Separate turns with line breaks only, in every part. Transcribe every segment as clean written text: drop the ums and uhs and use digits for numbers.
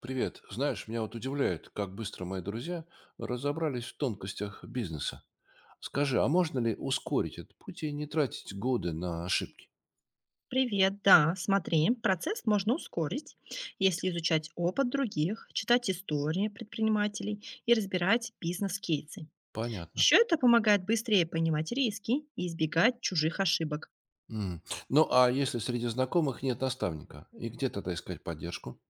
Привет. Знаешь, меня вот удивляет, как быстро мои друзья разобрались в тонкостях бизнеса. Скажи, а можно ли ускорить этот путь и не тратить годы на ошибки?
Привет, да, смотри, процесс можно ускорить, если изучать опыт других, читать истории предпринимателей и разбирать бизнес-кейсы.
Понятно.
Еще это помогает быстрее понимать риски и избегать чужих ошибок.
М. Ну, а если среди знакомых нет наставника, и где тогда искать поддержку?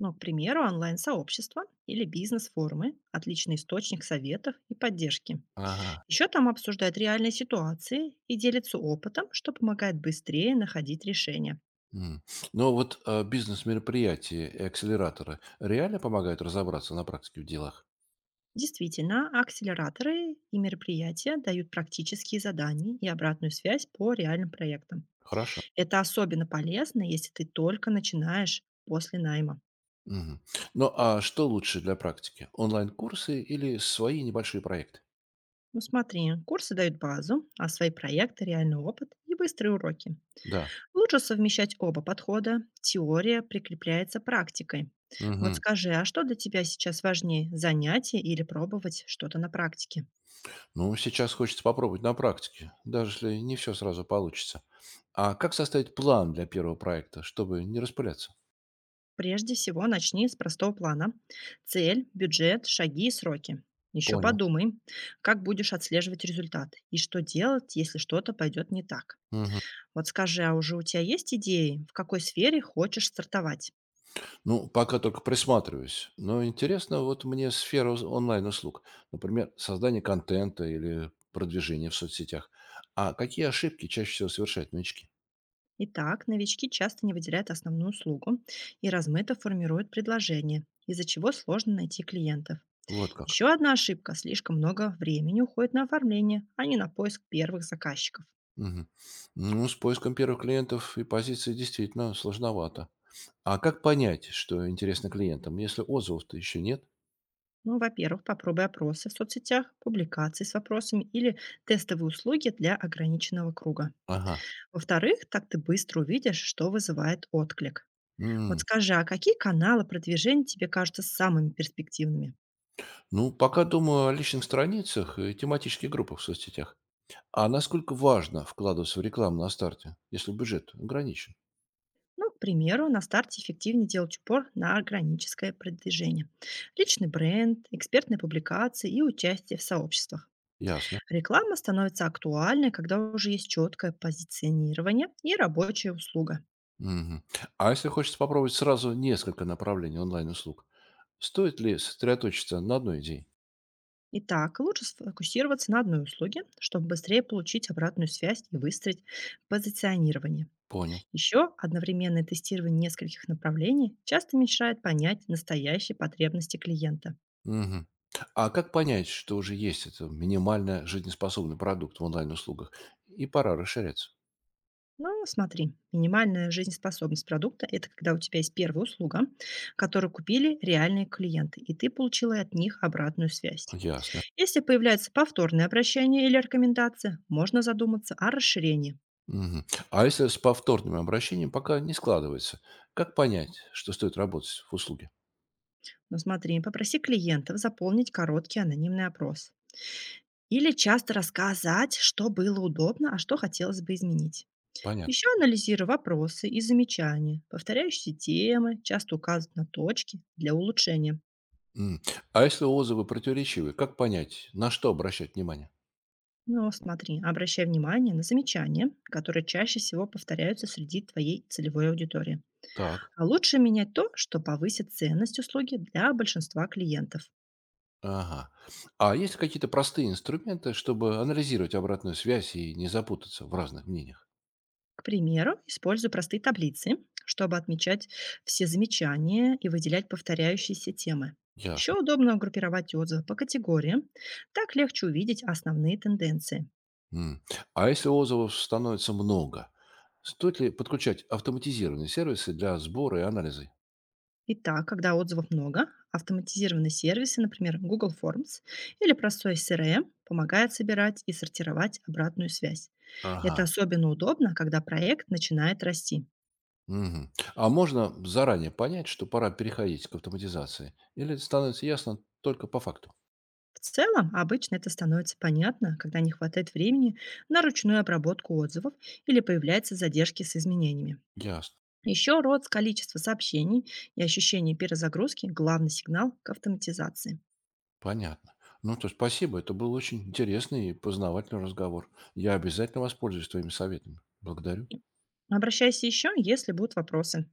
Ну, к примеру, онлайн сообщества или бизнес-форумы– отличный источник советов и поддержки.
Ага.
Еще там обсуждают реальные ситуации и делятся опытом, что помогает быстрее находить решения.
М. Ну, вот а, бизнес-мероприятия и акселераторы реально помогают разобраться на практике в делах?
Действительно, акселераторы и мероприятия дают практические задания и обратную связь по реальным проектам.
Хорошо.
Это особенно полезно, если ты только начинаешь после найма.
Мгм. Ну, а что лучше для практики? Онлайн-курсы или свои небольшие проекты?
Ну смотри, курсы дают базу, а свои проекты– реальный опыт и быстрые уроки.
Да.
Лучше совмещать оба подхода, теория прикрепляется практикой. Вот
Мгм.
скажи, а что для тебя сейчас важнее– занятие или пробовать что-то на практике?
Ну, сейчас хочется попробовать на практике, даже если не все сразу получится. А как составить план для первого проекта, чтобы не распыляться?
Прежде всего, начни с простого плана. Цель, бюджет, шаги и сроки. Еще
Понял.
подумай, как будешь отслеживать результат и что делать, если что-то пойдет не так.
Мгм.
Вот скажи, а уже у тебя есть идеи, в какой сфере хочешь стартовать?
Ну, пока только присматриваюсь. Но интересно, вот мне сфера онлайн-услуг, например, создание контента или продвижение в соцсетях. А какие ошибки чаще всего совершают новички?
Итак, новички часто не выделяют основную услугу и размыто формируют предложение, из-за чего сложно найти клиентов.
Вот как.
Еще одна ошибка– слишком много времени уходит на оформление, а не на поиск первых заказчиков.
Мгм. Ну, с поиском первых клиентов и позиций действительно сложновато. А как понять, что интересно клиентам, если отзывов-то еще нет?
Ну, во-первых, попробуй опросы в соцсетях, публикации с вопросами или тестовые услуги для ограниченного круга.
Ага.
Во-вторых, так ты быстро увидишь, что вызывает отклик. Вот
М.
скажи, а какие каналы продвижения тебе кажутся самыми перспективными?
Ну, пока думаю о личных страницах и тематических группах в соцсетях. А насколько важно вкладываться в рекламу на старте, если бюджет ограничен?
Ну, к примеру, на старте эффективнее делать упор на органическое продвижение. Личный бренд, экспертные публикации и участие в сообществах.
Ясно.
Реклама становится актуальной, когда уже есть четкое позиционирование и рабочая услуга.
Мгм. А если хочется попробовать сразу несколько направлений онлайн-услуг, стоит ли сосредоточиться на одной идее?
Итак, лучше сфокусироваться на одной услуге, чтобы быстрее получить обратную связь и выстроить позиционирование.
Понял.
Еще одновременное тестирование нескольких направлений часто мешает понять настоящие потребности клиента.
Мгм. А как понять, что уже есть это минимально жизнеспособный продукт в онлайн-услугах и пора расширяться?
Но смотри, минимальная жизнеспособность продукта– это когда у тебя есть первая услуга, которую купили реальные клиенты, и ты получила от них обратную связь.
Ясно.
Если появляется повторное обращение или рекомендация, можно задуматься о расширении.
Мгм. А если с повторным обращением пока не складывается, как понять, что стоит работать в услуге?
Но смотри, попроси клиентов заполнить короткий анонимный опрос. Или часто рассказать, что было удобно, а что хотелось бы изменить.
Понятно.
Еще анализируй вопросы и замечания, повторяющиеся темы, часто указывают на точки для улучшения.
М. А если отзывы противоречивые, как понять, на что обращать внимание?
Но смотри, обращай внимание на замечания, которые чаще всего повторяются среди твоей целевой аудитории.
Так.
А лучше менять то, что повысит ценность услуги для большинства клиентов.
Ага. А есть ли какие-то простые инструменты, чтобы анализировать обратную связь и не запутаться в разных мнениях?
К примеру, использую простые таблицы, чтобы отмечать все замечания и выделять повторяющиеся темы. Еще
Ясно.
удобно группировать отзывы по категориям, так легче увидеть основные тенденции.
М. А если отзывов становится много, стоит ли подключать автоматизированные сервисы для сбора и анализа?
Итак, когда отзывов много, автоматизированные сервисы, например, Google Forms или простой CRM, помогают собирать и сортировать обратную связь.
Ага.
Это особенно удобно, когда проект начинает расти.
Мгм. А можно заранее понять, что пора переходить к автоматизации? Или это становится ясно только по факту?
В целом, обычно это становится понятно, когда не хватает времени на ручную обработку отзывов или появляются задержки с изменениями.
Ясно.
Еще рост количества сообщений и ощущение перезагрузки– главный сигнал к автоматизации.
Понятно. Ну то, спасибо. Это был очень интересный и познавательный разговор. Я обязательно воспользуюсь твоими советами. Благодарю.
Обращайся еще, если будут вопросы.